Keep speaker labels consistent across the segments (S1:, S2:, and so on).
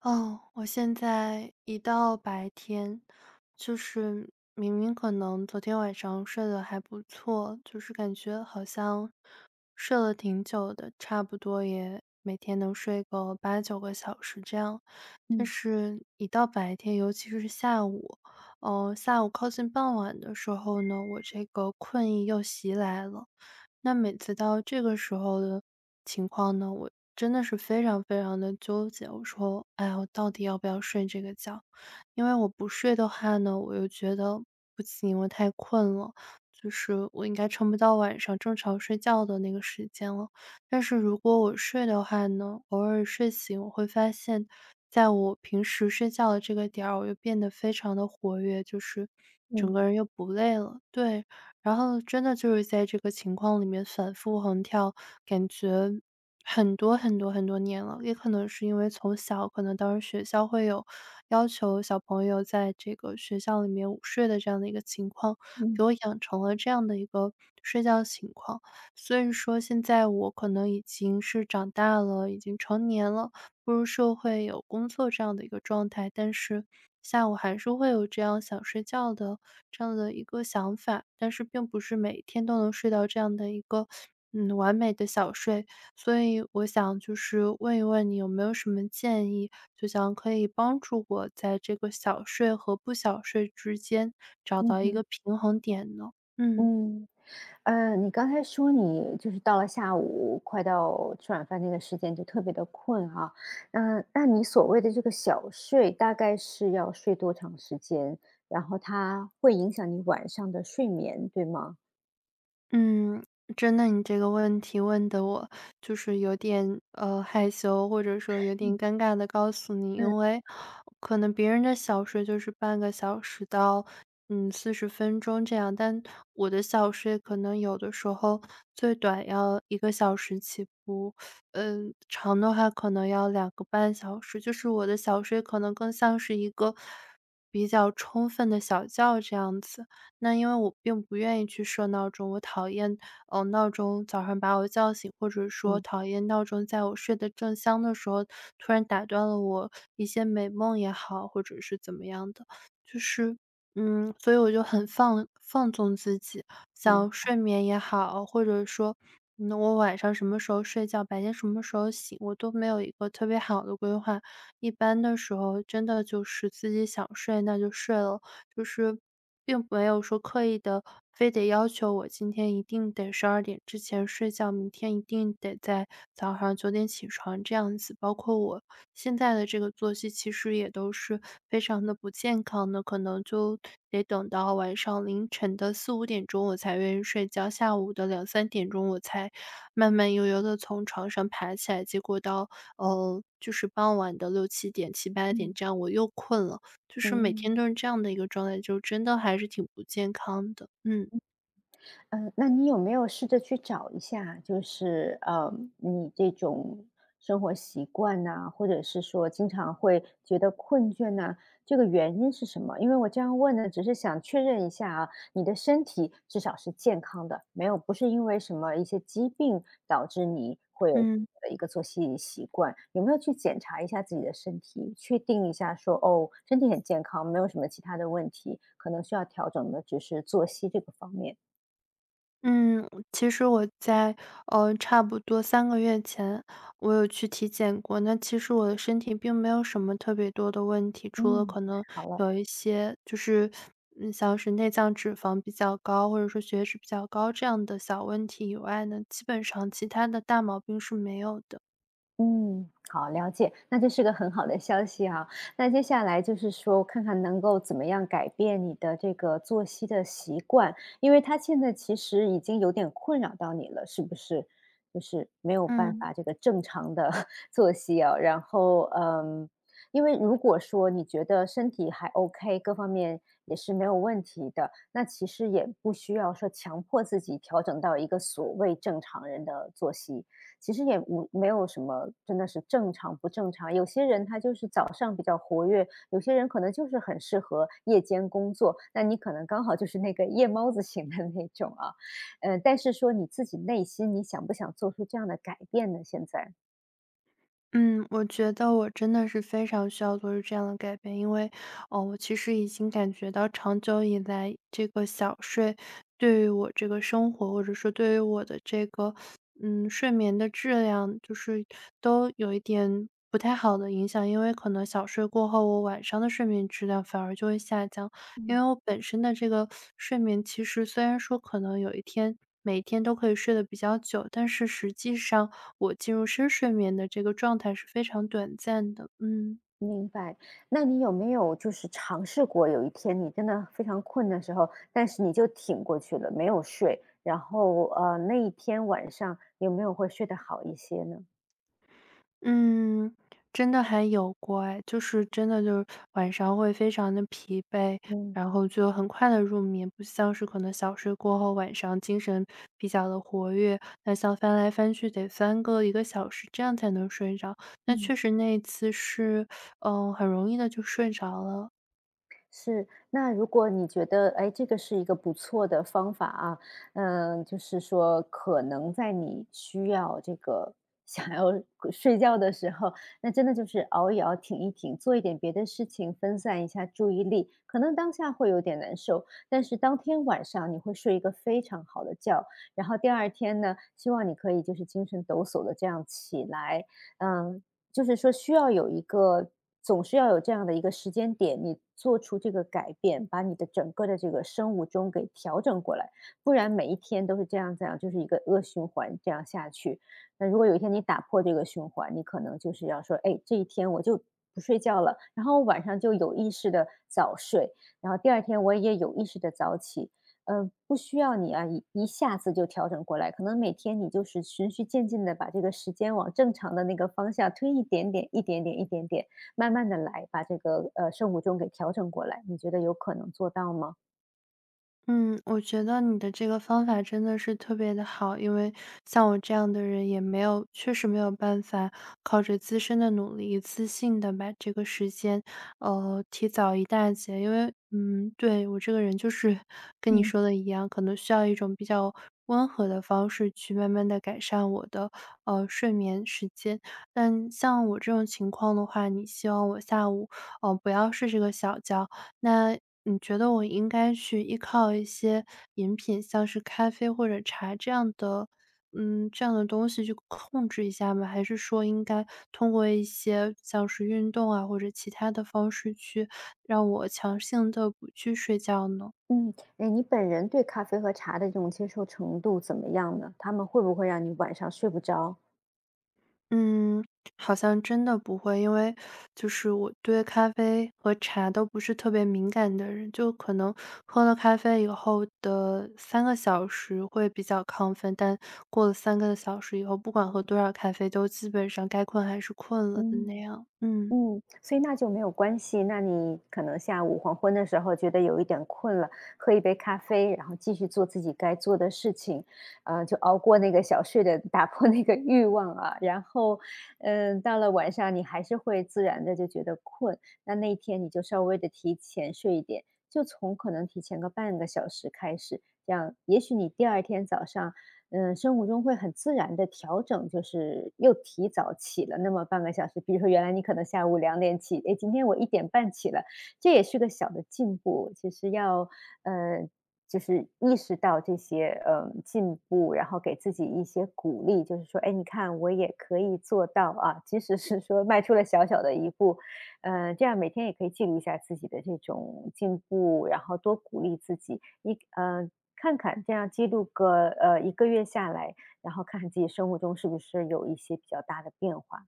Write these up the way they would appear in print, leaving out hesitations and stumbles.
S1: 哦，我现在一到白天，就是明明可能昨天晚上睡得还不错，就是感觉好像睡了挺久的，差不多也每天能睡个八九个小时这样。但
S2: 嗯
S1: 是，一到白天，尤其是下午，下午靠近傍晚的时候呢，我这个困意又袭来了。那每次到这个时候的情况呢，我真的是非常非常的纠结。我说：“哎呀，我到底要不要睡这个觉？”因为我不睡的话呢，我又觉得不行，我太困了，就是我应该撑不到晚上正常睡觉的那个时间了。但是如果我睡的话呢，偶尔睡醒我会发现，在我平时睡觉的这个点儿，我又变得非常的活跃，就是整个
S2: 嗯
S1: 人又不累了。对，然后真的就是在这个情况里面反复横跳，感觉很多很多很多年了。也可能是因为从小，可能当时学校会有要求小朋友在这个学校里面午睡的这样的一个情况，给
S2: 嗯
S1: 我养成了这样的一个睡觉情况。所以说现在我可能已经是长大了，已经成年了，步入社会有工作这样的一个状态，但是下午还是会有这样想睡觉的这样的一个想法，但是并不是每天都能睡到这样的一个，完美的小睡。所以我想就是问一问你有没有什么建议，就想可以帮助我在这个小睡和不小睡之间找
S2: 嗯
S1: 到一个
S2: 哼，
S1: 平衡点呢？嗯。
S2: 嗯，你刚才说你就是到了下午快到吃晚饭那个时间就特别的困哈，嗯，那你所谓的这个小睡大概是要睡多长时间？然后它会影响你晚上的睡眠，对吗？
S1: 嗯，真的，你这个问题问的我就是有点害羞，或者说有点
S2: 嗯
S1: 尴尬的告诉你，
S2: 嗯
S1: 因为可能别人的小睡就是半个小时到40分钟这样，但我的小睡可能有的时候最短要一个小时起步，长的话可能要2个半小时，就是我的小睡可能更像是一个比较充分的小觉这样子。那因为我并不愿意去设闹钟，我讨厌，闹钟早上把我叫醒，或者说
S2: 嗯，
S1: 讨厌闹钟在我睡得正香的时候，突然打断了我一些美梦也好，或者是怎么样的。就是，所以我就很放纵自己，想
S2: 明
S1: 睡眠也好，或者说，我晚上什么时候睡觉，白天什么时候醒，我都没有一个特别好的规划。一般的时候，真的就是自己想睡那就睡了，就是并没有说刻意的，非得要求我今天一定得12点之前睡觉，明天一定得在早上9点起床这样子。包括我现在的这个作息其实也都是非常的不健康的，可能就得等到晚上凌晨的四五点钟我才愿意睡觉，下午的两三点钟我才慢慢悠悠的从床上爬起来，结果到，就是傍晚的六七点、七八点
S2: 嗯
S1: 这样我又困了。就是每天
S2: 嗯。
S1: 都是这样的一个状态，就真的还是挺不健康的。嗯
S2: 嗯，那你有没有试着去找一下，就是你这种生活习惯呐、或者是说经常会觉得困倦呐、这个原因是什么？因为我这样问呢，只是想确认一下啊，你的身体至少是健康的，没有不是因为什么一些疾病导致你会有
S1: 嗯
S2: 的一个作息习惯，有没有去检查一下自己的身体，确定一下说哦，身体很健康，没有什么其他的问题，可能需要调整的只是作息这个方面。
S1: 嗯，其实我在差不多3个月前，我有去体检过。那其实我的身体并没有什么特别多的问题，除了
S2: 嗯，
S1: 可
S2: 太
S1: 能
S2: 好了。
S1: 有一些就是像是内脏脂肪比较高，或者说血脂比较高这样的小问题以外呢，基本上其他的大毛病是没有的。
S2: 嗯，好，了解，那这是个很好的消息啊。那接下来就是说，看看能够怎么样改变你的这个作息的习惯，因为他现在其实已经有点困扰到你了，是不是？就是没有办
S1: 嗯。
S2: 法这个正常的 作息啊。然后，因为如果说你觉得身体还 OK，各方面也是没有问题的，那其实也不需要说强迫自己调整到一个所谓正常人的作息。其实也无没有什么真的是正常不正常。有些人他就是早上比较活跃，有些人可能就是很适合夜间工作，那你可能刚好就是那个夜猫子型的那种啊。但是说你自己内心你想不想做出这样的改变呢？现在？
S1: 嗯，我觉得我真的是非常需要做出这样的改变，因为，哦，我其实已经感觉到长久以来这个小睡对于我这个生活，或者说对于我的这个，睡眠的质量，就是都有一点不太好的影响。因为可能小睡过后，我晚上的睡眠质量反而就会下降。因
S2: 嗯。
S1: 为我本身的这个睡眠，其实虽然说可能有一天每天都可以睡得比较久，但是实际上我进入深睡眠的这个状态是非常短暂的。嗯。
S2: 明白，那你有没有就是尝试过有一天你真的非常困的时候，但是你就挺过去了，没有睡，然后，那一天晚上有没有会睡得好一些呢？
S1: 嗯，真的还有过哎，就是真的就是晚上会非常的疲惫，
S2: 嗯。
S1: 然后就很快的入眠，不像是可能小睡过后晚上精神比较的活跃，那像翻来翻去得翻个一个小时，这样才能睡着。那
S2: 嗯。
S1: 确实那一次是，很容易的就睡着了。
S2: 是，那如果你觉得，哎，这个是一个不错的方法啊，嗯，就是说，可能在你需要这个想要睡觉的时候，那真的就是熬一熬，挺一挺，做一点别的事情，分散一下注意力。可能当下会有点难受，但是当天晚上你会睡一个非常好的觉，然后第二天呢，希望你可以就是精神抖擞的这样起来，嗯，就是说需要有一个总是要有这样的一个时间点，你做出这个改变，把你的整个的这个生物钟给调整过来，不然每一天都是这样这样，就是一个恶循环这样下去。那如果有一天你打破这个循环，你可能就是要说，哎，这一天我就不睡觉了，然后晚上就有意识的早睡，然后第二天我也有意识的早起，不需要你啊，一下子就调整过来，可能每天你就是循序渐进的把这个时间往正常的那个方向推一点点、一点点、一点点，慢慢的来，把这个，生物钟给调整过来，你觉得有可能做到吗？
S1: 嗯，我觉得你的这个方法真的是特别的好，因为像我这样的人也没有，确实没有办法靠着自身的努力，一次性的把这个时间，提早一大截。因为，对我这个人就是跟你
S2: 嗯。
S1: 说的一样，可能需要一种比较温和的方式去慢慢的改善我的睡眠时间。但像我这种情况的话，你希望我下午，不要睡这个小觉，那你觉得我应该去依靠一些饮品，像是咖啡或者茶这样的这样的东西去控制一下吗？还是说应该通过一些像是运动啊，或者其他的方式去让我强行的不去睡觉呢？
S2: 嗯，哎，你本人对咖啡和茶的这种接受程度怎么样呢？他们会不会让你晚上睡不着？
S1: 嗯，好像真的不会，因为就是我对咖啡和茶都不是特别敏感的人，就可能喝了咖啡以后的三个小时会比较亢奋，但过了三个小时以后，不管喝多少咖啡，都基本上该困还是困了的那
S2: 嗯。
S1: 样。嗯。
S2: 嗯，所以那就没有关系。那你可能下午黄昏的时候觉得有一点困了，喝一杯咖啡，然后继续做自己该做的事情，就熬过那个小睡的，打破那个欲望啊。然后，到了晚上你还是会自然的就觉得困，那那一天你就稍微的提前睡一点，就从可能提前个半个小时开始，这样也许你第二天早上生活中会很自然的调整，就是又提早起了那么半个小时。比如说原来你可能下午2点起，哎，今天我1点半起了，这也是个小的进步。其实要，呃，就是意识到这些，进步，然后给自己一些鼓励，就是说，哎，你看我也可以做到啊，即使是说迈出了小小的一步，嗯，这样每天也可以记录一下自己的这种进步，然后多鼓励自己。一嗯。看看，这样记录个一个月下来，然后看看自己生活中是不是有一些比较大的变化。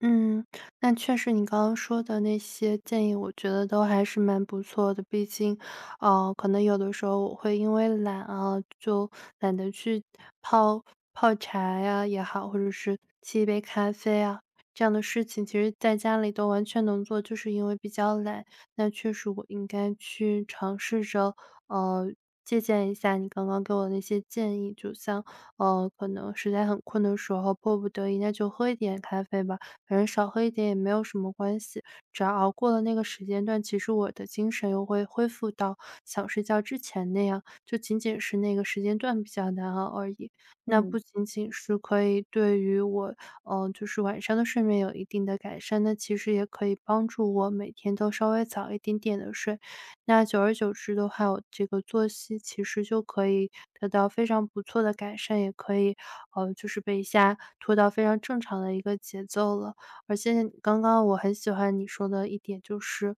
S1: 嗯，那确实你刚刚说的那些建议，我觉得都还是蛮不错的。毕竟，可能有的时候我会因为懒啊，就懒得去泡泡茶呀也好，或者是沏一杯咖啡啊，这样的事情，其实在家里都完全能做，就是因为比较懒。那确实我应该去尝试着，呃，借鉴一下你刚刚给我的那些建议，就像，可能实在很困的时候，迫不得已，那就喝一点咖啡吧。反正少喝一点也没有什么关系。只要熬过了那个时间段，其实我的精神又会恢复到想睡觉之前那样，就仅仅是那个时间段比较难熬而已。那
S2: 嗯
S1: 不仅仅是可以对于我，就是晚上的睡眠有一定的改善，那其实也可以帮助我每天都稍微早一点点的睡。那久而久之的话，我这个作息其实就可以得到非常不错的改善，也可以，就是被一下拖到非常正常的一个节奏了。而且刚刚我很喜欢你说的一点就是，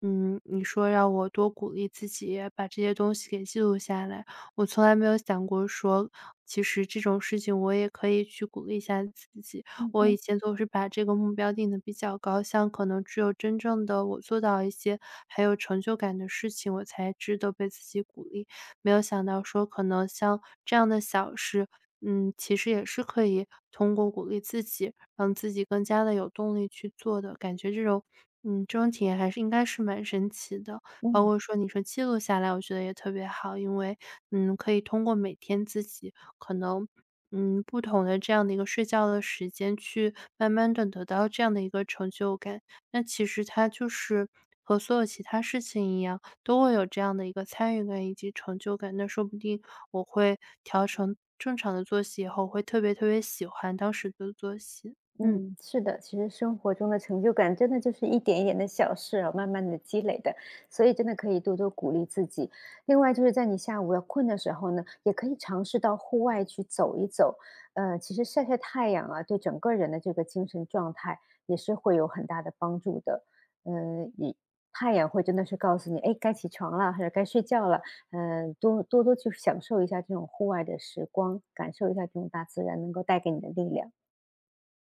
S1: 你说让我多鼓励自己，把这些东西给记录下来。我从来没有想过说，其实这种事情我也可以去鼓励一下自己。
S2: 嗯
S1: 我以
S2: 哼。
S1: 前总是把这个目标定的比较高，像可能只有真正的我做到一些很有成就感的事情，我才值得被自己鼓励。没有想到说，可能像这样的小事，其实也是可以通过鼓励自己，让自己更加的有动力去做的。感觉这种体验还是应该是蛮神奇的。包
S2: 嗯。
S1: 括说你说记录下来，我觉得也特别好，因为，可以通过每天自己可能，不同的这样的一个睡觉的时间去慢慢的得到这样的一个成就感。那其实它就是和所有其他事情一样，都会有这样的一个参与感以及成就感。那说不定我会调成正常的作息以后，会特别特别喜欢当时的作息。嗯
S2: 嗯，是的，其实生活中的成就感真的就是一点一点的小事啊，慢慢的积累的，所以真的可以多多鼓励自己。另外就是在你下午要困的时候呢，也可以尝试到户外去走一走，其实晒晒太阳啊，对整个人的这个精神状态也是会有很大的帮助的。嗯、你太阳会真的是告诉你，哎，该起床了，或者该睡觉了。嗯、多多去享受一下这种户外的时光，感受一下这种大自然能够带给你的力量。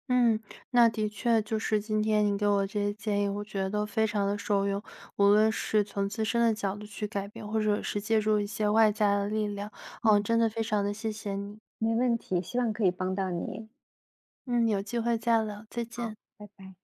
S1: 嗯，那的确就是今天你给我这些建议，我觉得都非常的受用。无论是从自身的角度去改变，或者是借助一些外在的力量，
S2: 嗯。
S1: 真的非常的谢谢你。
S2: 没问题，希望可以帮到你。
S1: 嗯，有机会再聊，再见。
S2: 好，拜拜。